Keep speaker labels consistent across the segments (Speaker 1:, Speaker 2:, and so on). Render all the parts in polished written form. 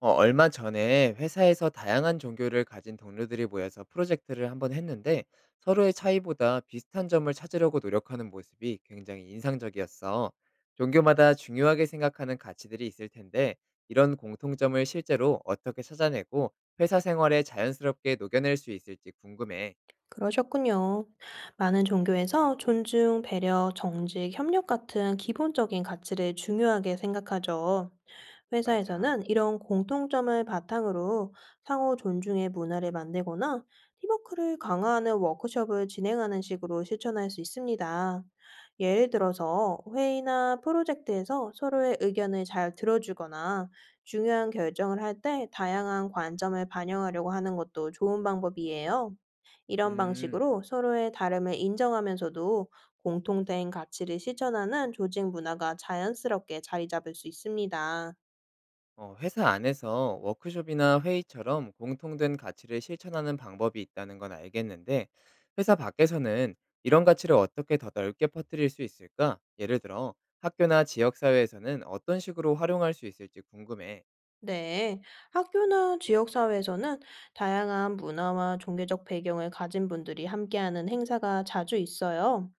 Speaker 1: 얼마 전에 회사에서 다양한 종교를 가진 동료들이 모여서 프로젝트를 한번 했는데 서로의 차이보다 비슷한 점을 찾으려고 노력하는 모습이 굉장히 인상적이었어. 종교마다 중요하게 생각하는 가치들이 있을 텐데 이런 공통점을 실제로 어떻게 찾아내고 회사 생활에 자연스럽게 녹여낼 수 있을지 궁금해.
Speaker 2: 그러셨군요. 많은 종교에서 존중, 배려, 정직, 협력 같은 기본적인 가치를 중요하게 생각하죠.
Speaker 1: 맞아.
Speaker 2: 회사에서는 이런 공통점을 바탕으로 상호 존중의 문화를 만들거나 팀워크를 강화하는 워크숍을 진행하는 식으로 실천할 수 있습니다. 예를 들어서 회의나 프로젝트에서 서로의 의견을 잘 들어주거나 중요한 결정을 할 때 다양한 관점을 반영하려고 하는 것도 좋은 방법이에요. 이런
Speaker 1: 음.
Speaker 2: 방식으로 서로의 다름을 인정하면서도 공통된 가치를 실천하는 조직 문화가 자연스럽게 자리 잡을 수 있습니다.
Speaker 1: 회사 안에서 워크숍이나 회의처럼 공통된 가치를 실천하는 방법이 있다는 건 알겠는데, 회사 밖에서는 이런 가치를 어떻게 더 넓게 퍼뜨릴 수 있을까? 예를 들어, 학교나 지역사회에서는 어떤 식으로 활용할 수 있을지 궁금해.
Speaker 2: 네, 학교나 지역사회에서는 다양한 문화와 종교적 배경을 가진 분들이 함께하는 행사가 자주 있어요.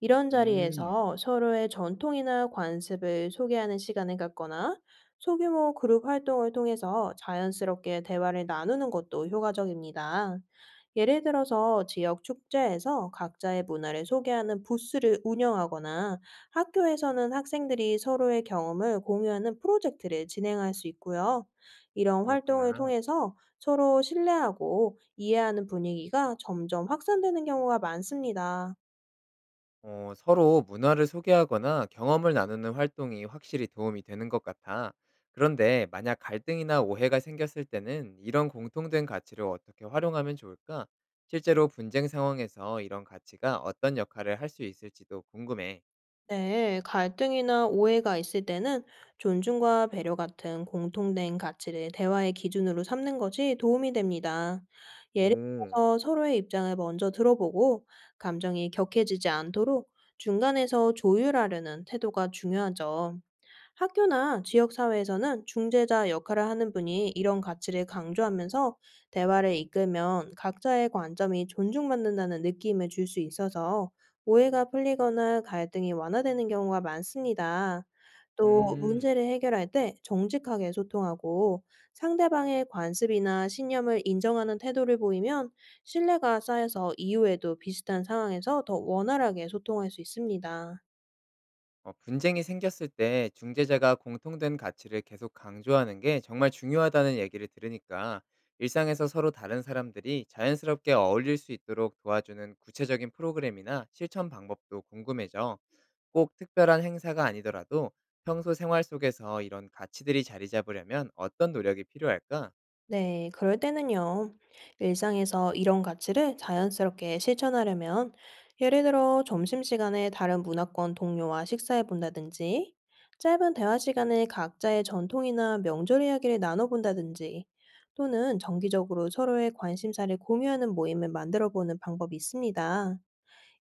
Speaker 2: 이런
Speaker 1: 음,
Speaker 2: 자리에서 서로의 전통이나 관습을 소개하는 시간을 갖거나 소규모 그룹 활동을 통해서 자연스럽게 대화를 나누는 것도 효과적입니다. 예를 들어서 지역 축제에서 각자의 문화를 소개하는 부스를 운영하거나 학교에서는 학생들이 서로의 경험을 공유하는 프로젝트를 진행할 수 있고요. 이런
Speaker 1: 그렇구나.
Speaker 2: 활동을 통해서 서로 신뢰하고 이해하는 분위기가 점점 확산되는 경우가 많습니다.
Speaker 1: 서로 문화를 소개하거나 경험을 나누는 활동이 확실히 도움이 되는 것 같아. 그런데 만약 갈등이나 오해가 생겼을 때는 이런 공통된 가치를 어떻게 활용하면 좋을까? 실제로 분쟁 상황에서 이런 가치가 어떤 역할을 할 수 있을지도 궁금해.
Speaker 2: 네, 갈등이나 오해가 있을 때는 존중과 배려 같은 공통된 가치를 대화의 기준으로 삼는 것이 도움이 됩니다. 예를
Speaker 1: 오,
Speaker 2: 들어서 서로의 입장을 먼저 들어보고 감정이 격해지지 않도록 중간에서 조율하려는 태도가 중요하죠. 학교나 지역사회에서는 중재자 역할을 하는 분이 이런 가치를 강조하면서 대화를 이끌면 각자의 관점이 존중받는다는 느낌을 줄 수 있어서 오해가 풀리거나 갈등이 완화되는 경우가 많습니다. 또
Speaker 1: 음.
Speaker 2: 문제를 해결할 때 정직하게 소통하고 상대방의 관습이나 신념을 인정하는 태도를 보이면 신뢰가 쌓여서 이후에도 비슷한 상황에서 더 원활하게 소통할 수 있습니다.
Speaker 1: 분쟁이 생겼을 때 중재자가 공통된 가치를 계속 강조하는 게 정말 중요하다는 얘기를 들으니까 일상에서 서로 다른 사람들이 자연스럽게 어울릴 수 있도록 도와주는 구체적인 프로그램이나 실천 방법도 궁금해져. 꼭 특별한 행사가 아니더라도 평소 생활 속에서 이런 가치들이 자리 잡으려면 어떤 노력이 필요할까?
Speaker 2: 네, 그럴 때는요. 일상에서 이런 가치를 자연스럽게 실천하려면, 예를 들어 점심시간에 다른 문화권 동료와 식사해 본다든지, 짧은 대화 시간에 각자의 전통이나 명절 이야기를 나눠 본다든지, 또는 정기적으로 서로의 관심사를 공유하는 모임을 만들어 보는 방법이 있습니다.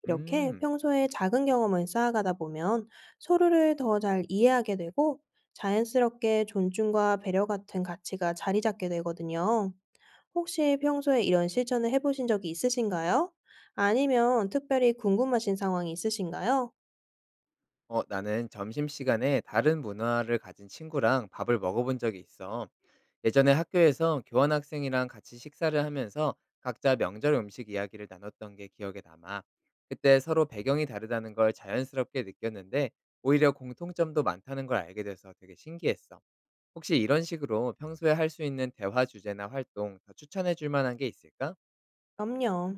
Speaker 2: 이렇게
Speaker 1: 음.
Speaker 2: 평소에 작은 경험을 쌓아가다 보면 서로를 더 잘 이해하게 되고 자연스럽게 존중과 배려 같은 가치가 자리 잡게 되거든요. 혹시 평소에 이런 실천을 해보신 적이 있으신가요? 아니면 특별히 궁금하신 상황이 있으신가요?
Speaker 1: 나는 점심시간에 다른 문화를 가진 친구랑 밥을 먹어본 적이 있어. 예전에 학교에서 교환학생이랑 같이 식사를 하면서 각자 명절 음식 이야기를 나눴던 게 기억에 남아. 그때 서로 배경이 다르다는 걸 자연스럽게 느꼈는데 오히려 공통점도 많다는 걸 알게 돼서 되게 신기했어. 혹시 이런 식으로 평소에 할 수 있는 대화 주제나 활동 더 추천해 줄 만한 게 있을까?
Speaker 2: 그럼요.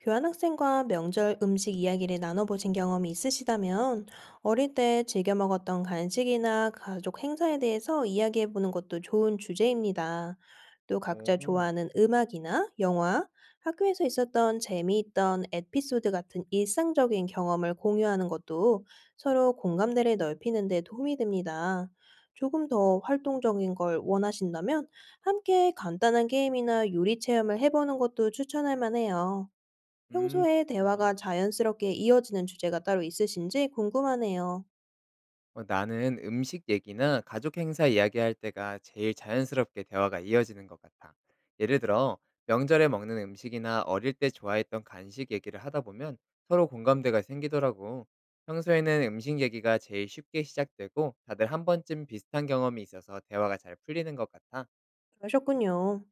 Speaker 2: 교환학생과 명절 음식 이야기를 나눠보신 경험이 있으시다면 어릴 때 즐겨 먹었던 간식이나 가족 행사에 대해서 이야기해보는 것도 좋은 주제입니다. 또 각자
Speaker 1: 오호,
Speaker 2: 좋아하는 음악이나 영화, 학교에서 있었던 재미있던 에피소드 같은 일상적인 경험을 공유하는 것도 서로 공감대를 넓히는 데 도움이 됩니다. 조금 더 활동적인 걸 원하신다면 함께 간단한 게임이나 요리 체험을 해보는 것도 추천할 만해요. 평소에
Speaker 1: 그렇구나.
Speaker 2: 대화가 자연스럽게 이어지는 주제가 따로 있으신지 궁금하네요.
Speaker 1: 나는 음식 얘기나 가족 행사 이야기할 때가 제일 자연스럽게 대화가 이어지는 것 같아. 예를 들어, 명절에 먹는 음식이나 어릴 때 좋아했던 간식 얘기를 하다 보면 서로 공감대가 생기더라고. 평소에는 음식 얘기가 제일 쉽게 시작되고 다들 한 번쯤 비슷한 경험이 있어서 대화가 잘 풀리는 것 같아.
Speaker 2: 그러셨군요.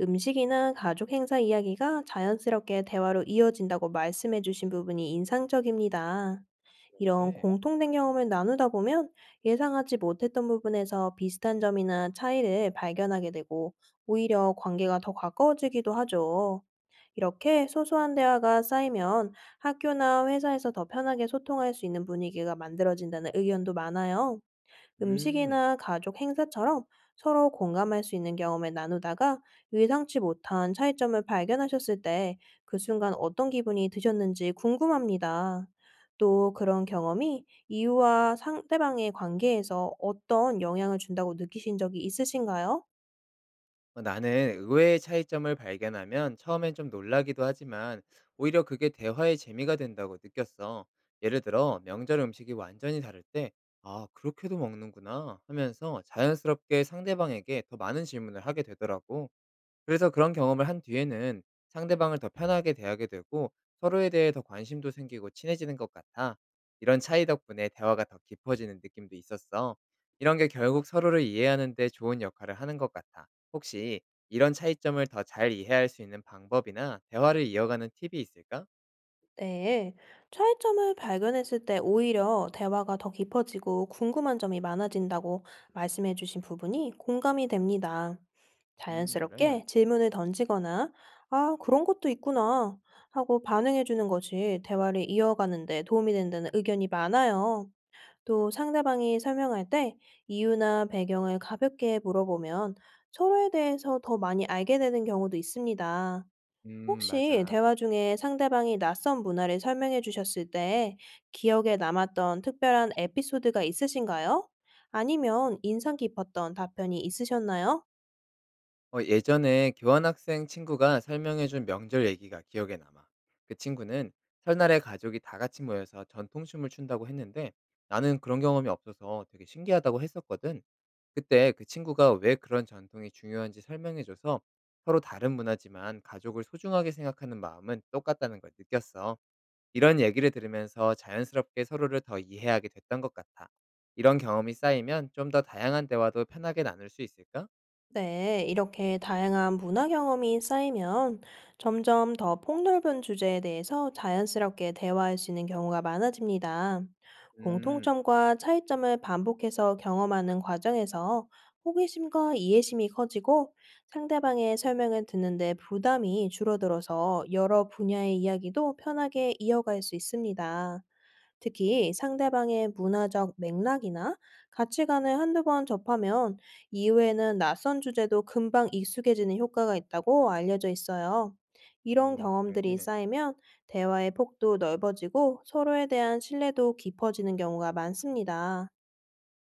Speaker 2: 음식이나 가족 행사 이야기가 자연스럽게 대화로 이어진다고 말씀해 주신 부분이 인상적입니다.
Speaker 1: 오,
Speaker 2: 이런
Speaker 1: 그래.
Speaker 2: 공통된 경험을 나누다 보면 예상하지 못했던 부분에서 비슷한 점이나 차이를 발견하게 되고 오히려 관계가 더 가까워지기도 하죠. 이렇게 소소한 대화가 쌓이면 학교나 회사에서 더 편하게 소통할 수 있는 분위기가 만들어진다는 의견도 많아요.
Speaker 1: 음.
Speaker 2: 음식이나 가족 행사처럼 서로 공감할 수 있는 경험을 나누다가 예상치 못한 차이점을 발견하셨을 때 그 순간 어떤 기분이 드셨는지 궁금합니다. 또 그런 경험이 이유와 상대방의 관계에서 어떤 영향을 준다고 느끼신 적이 있으신가요?
Speaker 1: 나는 의외의 차이점을 발견하면 처음엔 좀 놀라기도 하지만 오히려 그게 대화의 재미가 된다고 느꼈어. 예를 들어 명절 음식이 완전히 다를 때 아, 그렇게도 먹는구나 하면서 자연스럽게 상대방에게 더 많은 질문을 하게 되더라고. 그래서 그런 경험을 한 뒤에는 상대방을 더 편하게 대하게 되고 서로에 대해 더 관심도 생기고 친해지는 것 같아. 이런 차이 덕분에 대화가 더 깊어지는 느낌도 있었어. 이런 게 결국 서로를 이해하는데 좋은 역할을 하는 것 같아. 혹시 이런 차이점을 더 잘 이해할 수 있는 방법이나 대화를 이어가는 팁이 있을까?
Speaker 2: 네, 차이점을 발견했을 때 오히려 대화가 더 깊어지고 궁금한 점이 많아진다고 말씀해주신 부분이 공감이 됩니다.
Speaker 1: 그래.
Speaker 2: 자연스럽게 질문을 던지거나, 아, 그런 것도 있구나 하고 반응해주는 것이 대화를 이어가는데 도움이 된다는 의견이 많아요. 또 상대방이 설명할 때 이유나 배경을 가볍게 물어보면 서로에 대해서 더 많이 알게 되는 경우도 있습니다.
Speaker 1: 음,
Speaker 2: 혹시
Speaker 1: 맞아.
Speaker 2: 대화 중에 상대방이 낯선 문화를 설명해 주셨을 때 기억에 남았던 특별한 에피소드가 있으신가요? 아니면 인상 깊었던 답변이 있으셨나요?
Speaker 1: 예전에 교환학생 친구가 설명해준 명절 얘기가 기억에 남아. 그 친구는 설날에 가족이 다 같이 모여서 전통춤을 춘다고 했는데 나는 그런 경험이 없어서 되게 신기하다고 했었거든. 그때 그 친구가 왜 그런 전통이 중요한지 설명해줘서 서로 다른 문화지만 가족을 소중하게 생각하는 마음은 똑같다는 걸 느꼈어. 이런 얘기를 들으면서 자연스럽게 서로를 더 이해하게 됐던 것 같아. 이런 경험이 쌓이면 좀 더 다양한 대화도 편하게 나눌 수 있을까?
Speaker 2: 네, 이렇게 다양한 문화 경험이 쌓이면 점점 더 폭넓은 주제에 대해서 자연스럽게 대화할 수 있는 경우가 많아집니다.
Speaker 1: 음.
Speaker 2: 공통점과 차이점을 반복해서 경험하는 과정에서 호기심과 이해심이 커지고 상대방의 설명을 듣는데 부담이 줄어들어서 여러 분야의 이야기도 편하게 이어갈 수 있습니다. 특히 상대방의 문화적 맥락이나 가치관을 한두 번 접하면 이후에는 낯선 주제도 금방 익숙해지는 효과가 있다고 알려져 있어요. 이런
Speaker 1: 오, 그래.
Speaker 2: 경험들이 쌓이면 대화의 폭도 넓어지고 서로에 대한 신뢰도 깊어지는 경우가 많습니다.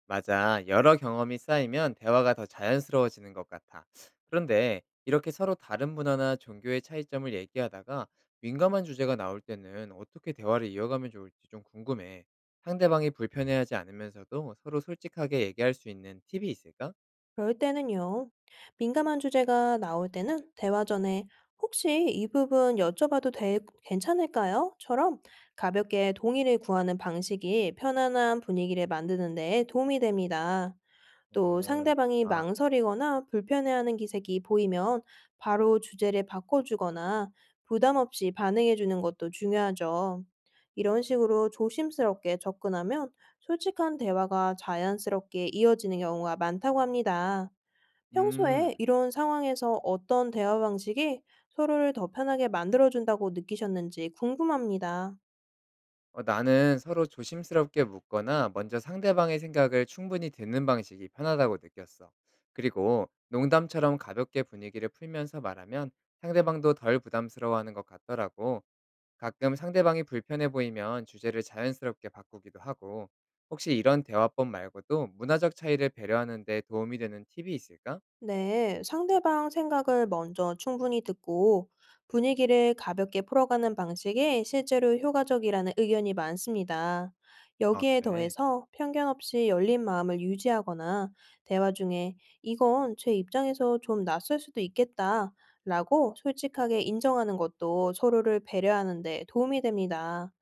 Speaker 1: 맞아. 여러 경험이 쌓이면 대화가 더 자연스러워지는 것 같아. 그런데 이렇게 서로 다른 문화나 종교의 차이점을 얘기하다가 민감한 주제가 나올 때는 어떻게 대화를 이어가면 좋을지 좀 궁금해. 상대방이 불편해하지 않으면서도 서로 솔직하게 얘기할 수 있는 팁이 있을까?
Speaker 2: 그럴 때는요. 민감한 주제가 나올 때는 대화 전에 "혹시 이 부분 여쭤봐도 될, 괜찮을까요?" 처럼 가볍게 동의를 구하는 방식이 편안한 분위기를 만드는 데 도움이 됩니다. 또
Speaker 1: 오
Speaker 2: 상대방이
Speaker 1: 좋다.
Speaker 2: 망설이거나 불편해하는 기색이 보이면 바로 주제를 바꿔주거나 부담 없이 반응해주는 것도 중요하죠. 이런 식으로 조심스럽게 접근하면 솔직한 대화가 자연스럽게 이어지는 경우가 많다고 합니다. 평소에
Speaker 1: 음.
Speaker 2: 이런 상황에서 어떤 대화 방식이 서로를 더 편하게 만들어준다고 느끼셨는지 궁금합니다.
Speaker 1: 나는 서로 조심스럽게 묻거나 먼저 상대방의 생각을 충분히 듣는 방식이 편하다고 느꼈어. 그리고 농담처럼 가볍게 분위기를 풀면서 말하면 상대방도 덜 부담스러워하는 것 같더라고. 가끔 상대방이 불편해 보이면 주제를 자연스럽게 바꾸기도 하고. 혹시 이런 대화법 말고도 문화적 차이를 배려하는 데 도움이 되는 팁이 있을까?
Speaker 2: 네, 상대방 생각을 먼저 충분히 듣고 분위기를 가볍게 풀어가는 방식이 실제로 효과적이라는 의견이 많습니다.
Speaker 1: 아,
Speaker 2: 여기에
Speaker 1: 그래.
Speaker 2: 더해서 편견 없이 열린 마음을 유지하거나 대화 중에 "이건 제 입장에서 좀 낯설 수도 있겠다 라고 솔직하게 인정하는 것도 서로를 배려하는 데 도움이 됩니다.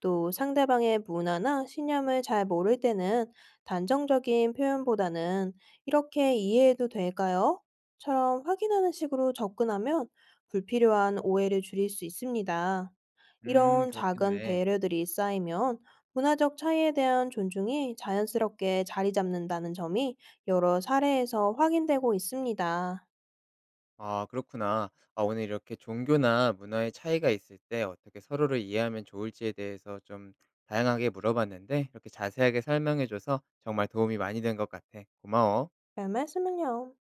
Speaker 2: 또 상대방의 문화나 신념을 잘 모를 때는 단정적인 표현보다는 "이렇게 이해해도 될까요?" 처럼 확인하는 식으로 접근하면 불필요한 오해를 줄일 수 있습니다. 이런 작은
Speaker 1: 그렇겠네.
Speaker 2: 배려들이 쌓이면 문화적 차이에 대한 존중이 자연스럽게 자리 잡는다는 점이 여러 사례에서 확인되고 있습니다.
Speaker 1: 아 그렇구나. 아 오늘 이렇게 종교나 문화의 차이가 있을 때 어떻게 서로를 이해하면 좋을지에 대해서 좀 다양하게 물어봤는데 이렇게 자세하게 설명해 줘서 정말 도움이 많이 된 것 같아. 고마워.
Speaker 2: 별 말씀을요.